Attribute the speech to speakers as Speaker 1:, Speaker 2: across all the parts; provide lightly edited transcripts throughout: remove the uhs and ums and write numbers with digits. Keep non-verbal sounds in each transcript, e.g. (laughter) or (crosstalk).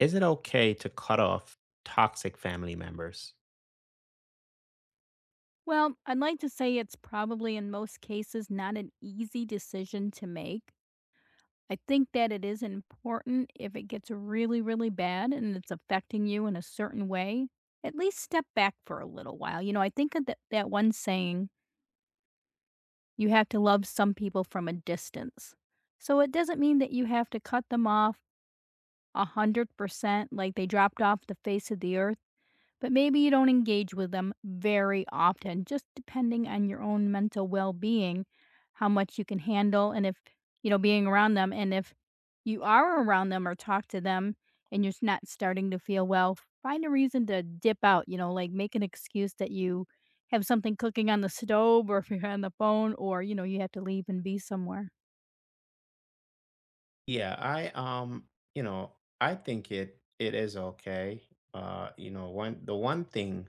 Speaker 1: Is it okay to cut off toxic family members?
Speaker 2: Well, I'd like to say it's probably in most cases not an easy decision to make. I think that it is important if it gets really, really bad and it's affecting you in a certain way, at least step back for a little while. You know, I think of that one saying, you have to love some people from a distance. So it doesn't mean that you have to cut them off a 100%, like they dropped off the face of the earth. But maybe you don't engage with them very often, just depending on your own mental well being, how much you can handle, and if, you know, being around them. And if you are around them or talk to them and not starting to feel well, find a reason to dip out, you know, like make an excuse that you have something cooking on the stove or if you're on the phone or, you know, you have to leave and be somewhere.
Speaker 1: Yeah, I think it is okay. You know, one the one thing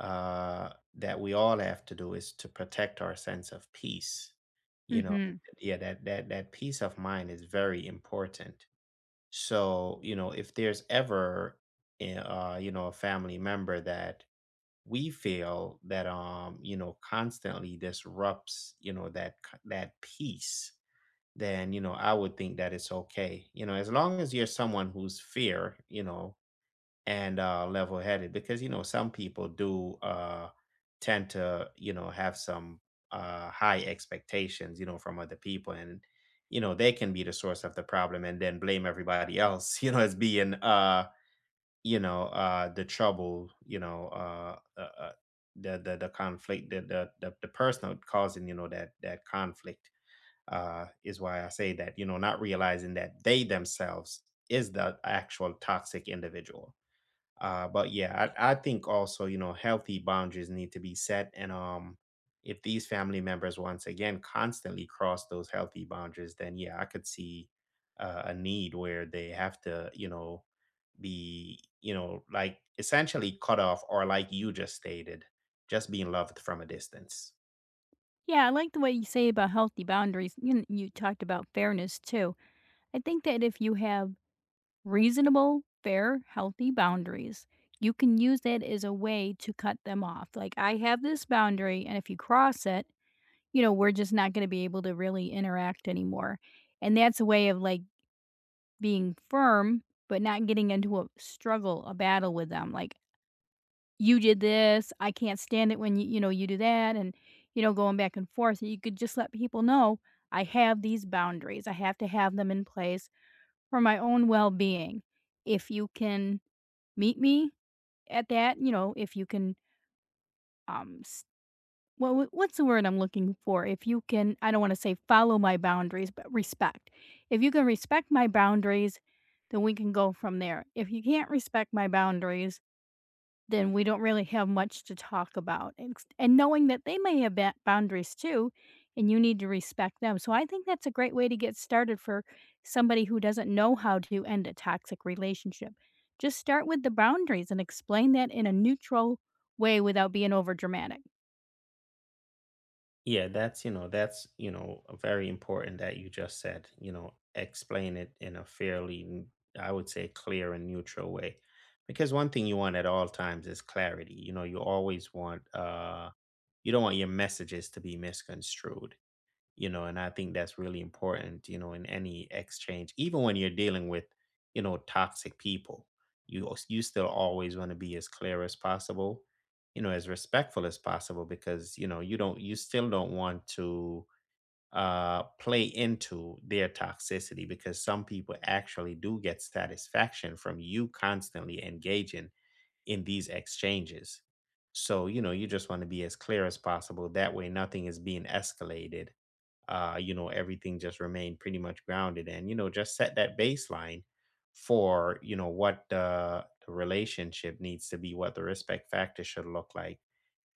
Speaker 1: that we all have to do is to protect our sense of peace. You know, and
Speaker 2: hmm
Speaker 1: Yeah, that peace of mind is very important. So, if there's ever a family member that we feel that you know constantly disrupts that peace. Then, I would think that it's okay, as long as you're someone who's fair and level headed because some people do tend to have some high expectations from other people, and they can be the source of the problem and then blame everybody else (laughs) as being the trouble, the conflict, the personal causing, that conflict, is why I say that, not realizing that they themselves is the actual toxic individual. But yeah, I think also, healthy boundaries need to be set. And if these family members, once again, constantly cross those healthy boundaries, then yeah, I could see a need where they have to, be, like, essentially cut off, or like you just stated, just being loved from a distance.
Speaker 2: Yeah, I like the way you say about healthy boundaries. You talked about fairness too. I think that if you have reasonable, fair, healthy boundaries, you can use it as a way to cut them off. Like, I have this boundary, and if you cross it, you know, we're just not going to be able to really interact anymore. And that's a way of like being firm, but not getting into a struggle, a battle with them. Like, you did this. I can't stand it when you know, you do that. And, you know, going back and forth. You could just let people know I have these boundaries. I have to have them in place for my own well being. If you can meet me at that, you know, if you can, s well, what's the word I'm looking for? If you can, I don't wanna say follow my boundaries, but respect. If you can respect my boundaries, then we can go from there. If you can't respect my boundaries, then we don't really have much to talk about, and knowing that they may have ba boundaries too, and you need to respect them, so I think that's a great way to get started for somebody who doesn't know how to end a toxic relationship. Just start with the boundaries and explain that in a neutral way without being over dramatic.
Speaker 1: Yeah, that's very important that you just said, explain it in a fairly, I would say, clear and neutral way. Because one thing you want at all times is clarity. You always want, you don't want your messages to be misconstrued, and I think that's really important in any exchange, even when you're dealing with toxic people. You still always want to be as clear as possible, as respectful as possible, because you still don't want to play into their toxicity, because some people actually do get satisfaction from you constantly engaging in these exchanges. So you just want to be as clear as possible, that way nothing is being escalated. Everything just remained pretty much grounded, and, just set that baseline for, what the relationship needs to be, what the respect factor should look like,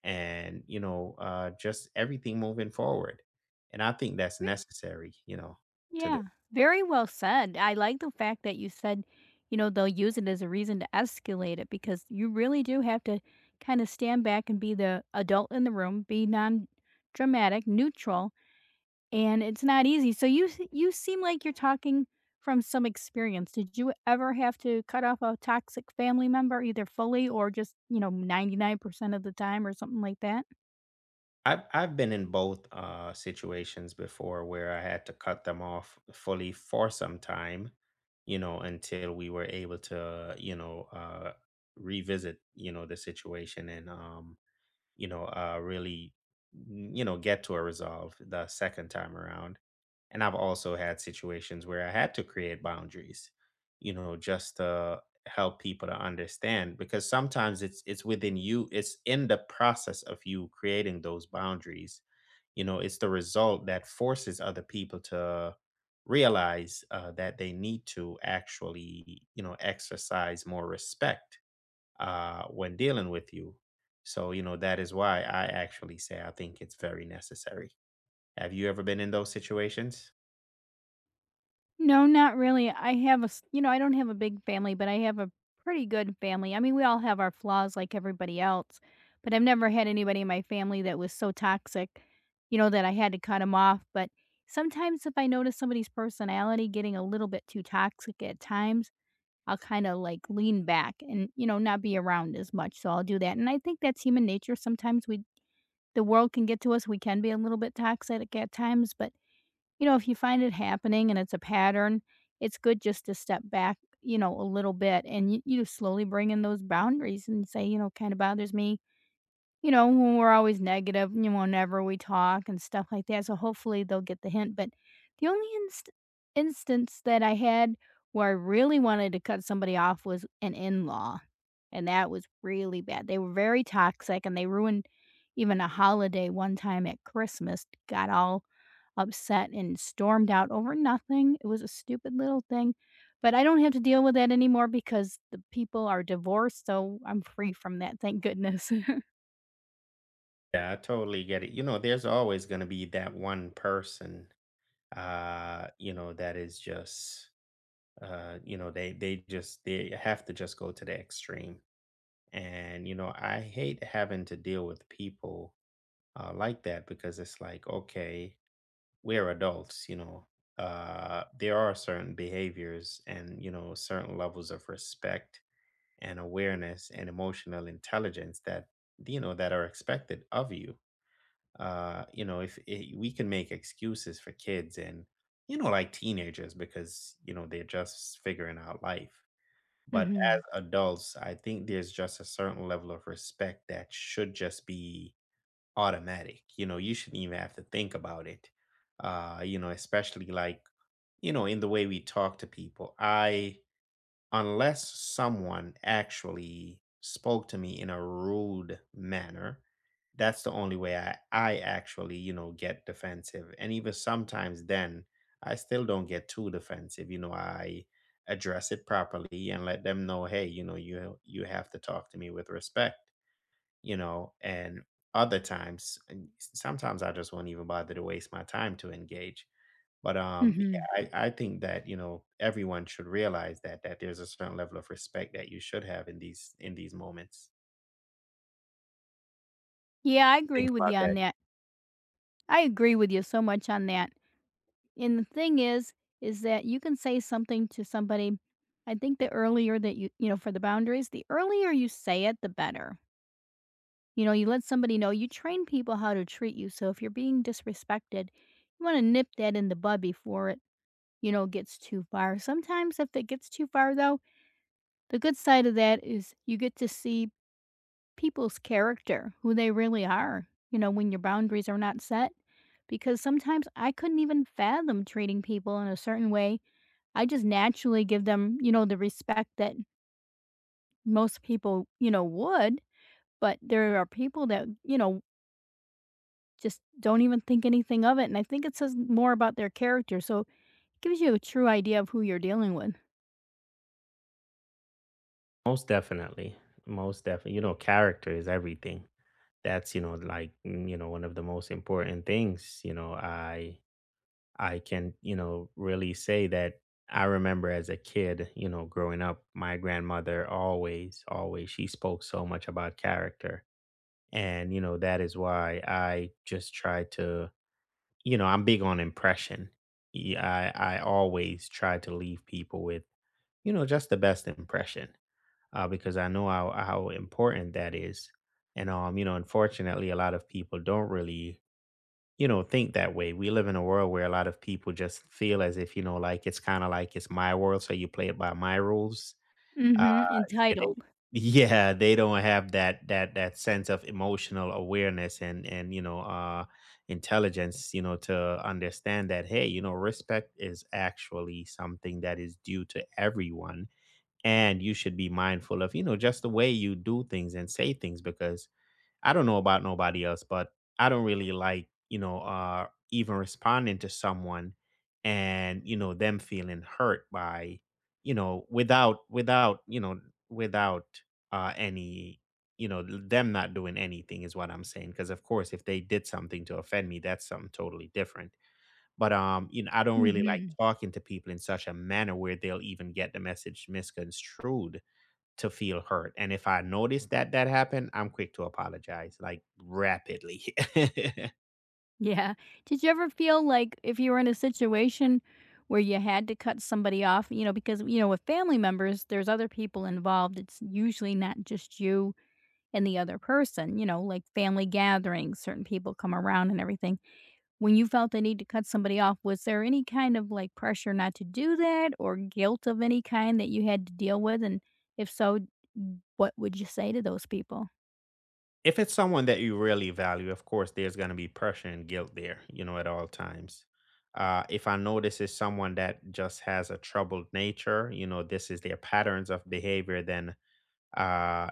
Speaker 1: and, just everything moving forward. And I think that's necessary, to do.
Speaker 2: Yeah, very well said. I like the fact that you said, you know, they'll use it as a reason to escalate it because you really do have to kind of stand back and be the adult in the room, be non dramatic, neutral, and it's not easy. So you seem like you're talking from some experience. Did you ever have to cut off a toxic family member either fully or just, you know, 99% of the time or something like that?
Speaker 1: I've been in both situations before where I had to cut them off fully for some time, until we were able to, revisit, the situation, and you know, really, mm, you know, get to a resolve the second time around. And I've also had situations where I had to create boundaries, just to help people to understand, because sometimes it's within you, it's in the process of you creating those boundaries. It's the result that forces other people to realize that they need to actually, exercise more respect, when dealing with you. So, that is why I actually say I think it's very necessary. Have you ever been in those situations?
Speaker 2: No, not really. I have you know, I don't have a big family, but I have a pretty good family. I mean, we all have our flaws like everybody else, but I've never had anybody in my family that was so toxic, you know, that I had to cut them off. But sometimes if I notice somebody's personality getting a little bit too toxic at times, I'll kind of like lean back and, you know, not be around as much. So I'll do that. And I think that's human nature. Sometimes we, the world can get to us. We can be a little bit toxic at times, but you know, if you find it happening and it's a pattern, it's good just to step back, you know, a little bit and you slowly bring in those boundaries and say, you know, kind of bothers me, you know, when we're always negative, you know, whenever we talk and stuff like that. So hopefully they'll get the hint. But the only inst- instance that I had where I really wanted to cut somebody off was an in law. And that was really bad. They were very toxic and they ruined even a holiday one time at Christmas, got all upset and stormed out over nothing. It was a stupid little thing, but I don't have to deal with that anymore because the people are divorced, so I'm free from that, thank goodness. (laughs)
Speaker 1: Yeah, I totally get it. There's always going to be that one person, that is just, they have to just go to the extreme. And I hate having to deal with people like that, because it's like, okay, we're adults. There are certain behaviors, and certain levels of respect and awareness and emotional intelligence that are expected of you. If, I we can make excuses for kids, and like, teenagers, because they're just figuring out life. But as
Speaker 2: Mhm.
Speaker 1: adults, I think there's just a certain level of respect that should just be automatic. You shouldn't even have to think about it. Especially, like, in the way we talk to people. Unless someone actually spoke to me in a rude manner, that's the only way I actually, get defensive. And even sometimes then, I still don't get too defensive. I address it properly and let them know, hey, you have to talk to me with respect, and other times, and sometimes I just won't even bother to waste my time to engage. But
Speaker 2: Mhm.
Speaker 1: yeah, I think that everyone should realize that there's a certain level of respect that you should have in these moments.
Speaker 2: Yeah, I agree
Speaker 1: Think
Speaker 2: with
Speaker 1: about
Speaker 2: you on
Speaker 1: that.
Speaker 2: that. I agree with you so much on that, and the thing is that you can say something to somebody. I think the earlier that you know, for the boundaries, the earlier you say it, the better. You know, you let somebody know you train people how to treat you, so if you're being disrespected, you wanna nip that in the bud before it, you know, gets too far. Sometimes if it gets too far though, the good side of that is you get to see people's character, who they really are, you know, when your boundaries are not set. Because sometimes I couldn't even fathom treating people in a certain way. I just naturally give them, you know, the respect that most people, you know, would, but there are people that, you know, just don't even think anything of it. And I think it says more about their character. So it gives you a true idea of who you're dealing with.
Speaker 1: Most definitely, most definitely. Character is everything. That's like, one of the most important things. I can, really say that I remember as a kid, growing up, my grandmother always, always, she spoke so much about character. And, that is why I just try to, I'm big on impression. Yeah, I always try to leave people with, just the best impression, because I know how important that is. And, unfortunately, a lot of people don't really think that way. We live in a world where a lot of people just feel as if, like, it's kind of like it's my world, so you play it by my rules. Uh,
Speaker 2: Mm-hmm.
Speaker 1: yeah,
Speaker 2: Entitled.
Speaker 1: (laughs) yeah, they don't have that sense of emotional awareness and intelligence, to understand that, hey, respect is actually something that is due to everyone, and you should be mindful of just the way you do things and say things, because I don't know about nobody else, but I don't really like, even responding to someone, and, them feeling hurt by, you know, without, without, you know, without any, them not doing anything is what I'm saying. Cause of course, if they did something to offend me, that's something totally different. But, I don't really like
Speaker 2: Mhm.
Speaker 1: talking to people in such a manner where they'll even get the message misconstrued to feel hurt. And if I notice that that happened, I'm quick to apologize, like, rapidly. (laughs)
Speaker 2: Yeah. Did you ever feel like if you were in a situation where you had to cut somebody off, you know, because, you know, with family members, there's other people involved. It's usually not just you and the other person, you know, like family gatherings, certain people come around and everything. When you felt the need to cut somebody off, was there any kind of like pressure not to do that or guilt of any kind that you had to deal with? And if so, what would you say to those people?
Speaker 1: If it's someone that you really value, of course, there's going to be pressure and guilt there, at all times. If I notice it's someone that just has a troubled nature, this is their patterns of behavior, then uh,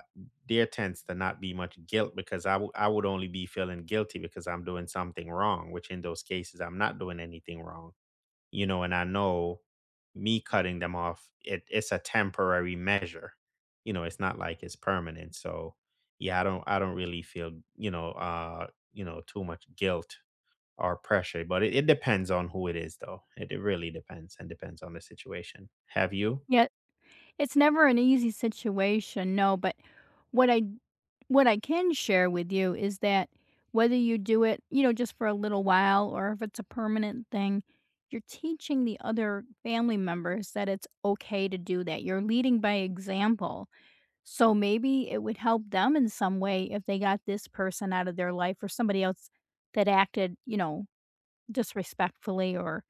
Speaker 1: there tends to not be much guilt, because I would only be feeling guilty because I'm doing something wrong, which in those cases, I'm not doing anything wrong. And I know, me cutting them off, it's a temporary measure. It's not like it's permanent. So yeah, I don't really feel, too much guilt or pressure. But it depends on who it is though. It really depends, and depends on the situation. Have you?
Speaker 2: Yeah. It's never an easy situation, no, but what I, what I can share with you is that whether you do it, you know, just for a little while or if it's a permanent thing, you're teaching the other family members that it's okay to do that. You're leading by example. So maybe it would help them in some way if they got this person out of their life or somebody else that acted, you know, disrespectfully or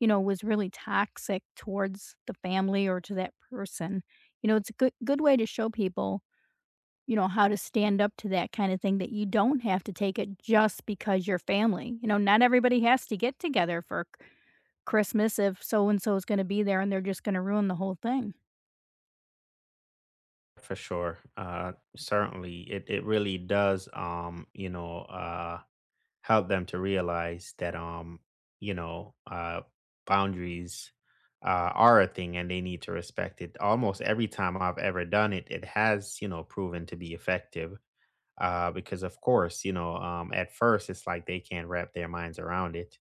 Speaker 2: you know, was really toxic towards the family or to that person. You know, it's a good good way to show people, you know, how to stand up to that kind of thing that you don't have to take it just because you're family. You know, not everybody has to get together for Christmas if so and so is going to be there and they're just going to ruin the whole thing.
Speaker 1: For sure. Certainly it really does, help them to realize that, you know uh boundaries are a thing, and they need to respect it. Almost every time I've ever done it, it has, proven to be effective, because of course, at first it's like they can't wrap their minds around it,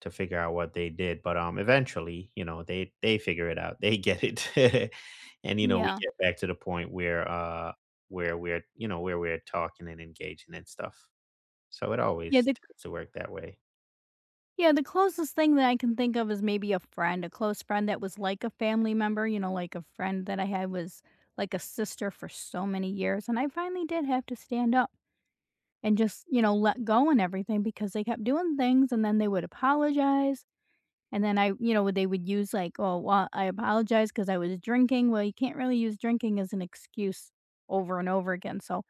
Speaker 1: to figure out what they did. But eventually, they figure it out, (laughs) they get it, (laughs) and we
Speaker 2: Yeah.
Speaker 1: get back to the point where we're talking and engaging and stuff, so it
Speaker 2: Yeah,
Speaker 1: always
Speaker 2: the
Speaker 1: tends to work that way.
Speaker 2: yeah, the closest thing that I can think of is maybe a friend, a close friend that was like a family member, you know, like a friend that I had was like a sister for so many years and I finally did have to stand up and just, you know, let go and everything because they kept doing things and then they would apologize. And then I, you know, they would use like, oh, well, I apologize because I was drinking. Well, you can't really use drinking as an excuse over and over again. So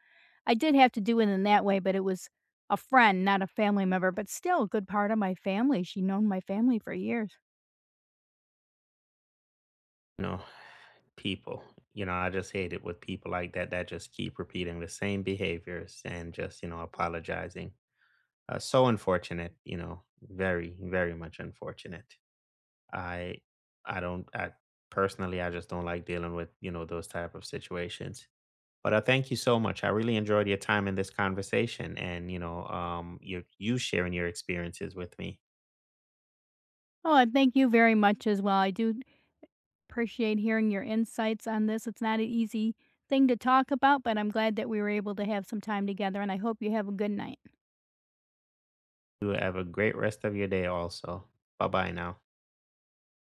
Speaker 2: I did have to do it in that way, but it was a friend, not a family member, but still a good part of my family. She known my family for years.
Speaker 1: You know, people, I just hate it with people like that, that just keep repeating the same behaviors, and just, apologizing. So unfortunate, very, very much unfortunate. I, I don't, I Personally, I just don't like dealing with, those type of situations. But I thank you so much. I really enjoyed your time in this conversation, and, you sharing your experiences with me.
Speaker 2: Oh, and thank you very much as well. I do appreciate hearing your insights on this. It's not an easy thing to talk about, but I'm glad that we were able to have some time together, and I hope you have a good night.
Speaker 1: You have a great rest of your day also. Bye bye now.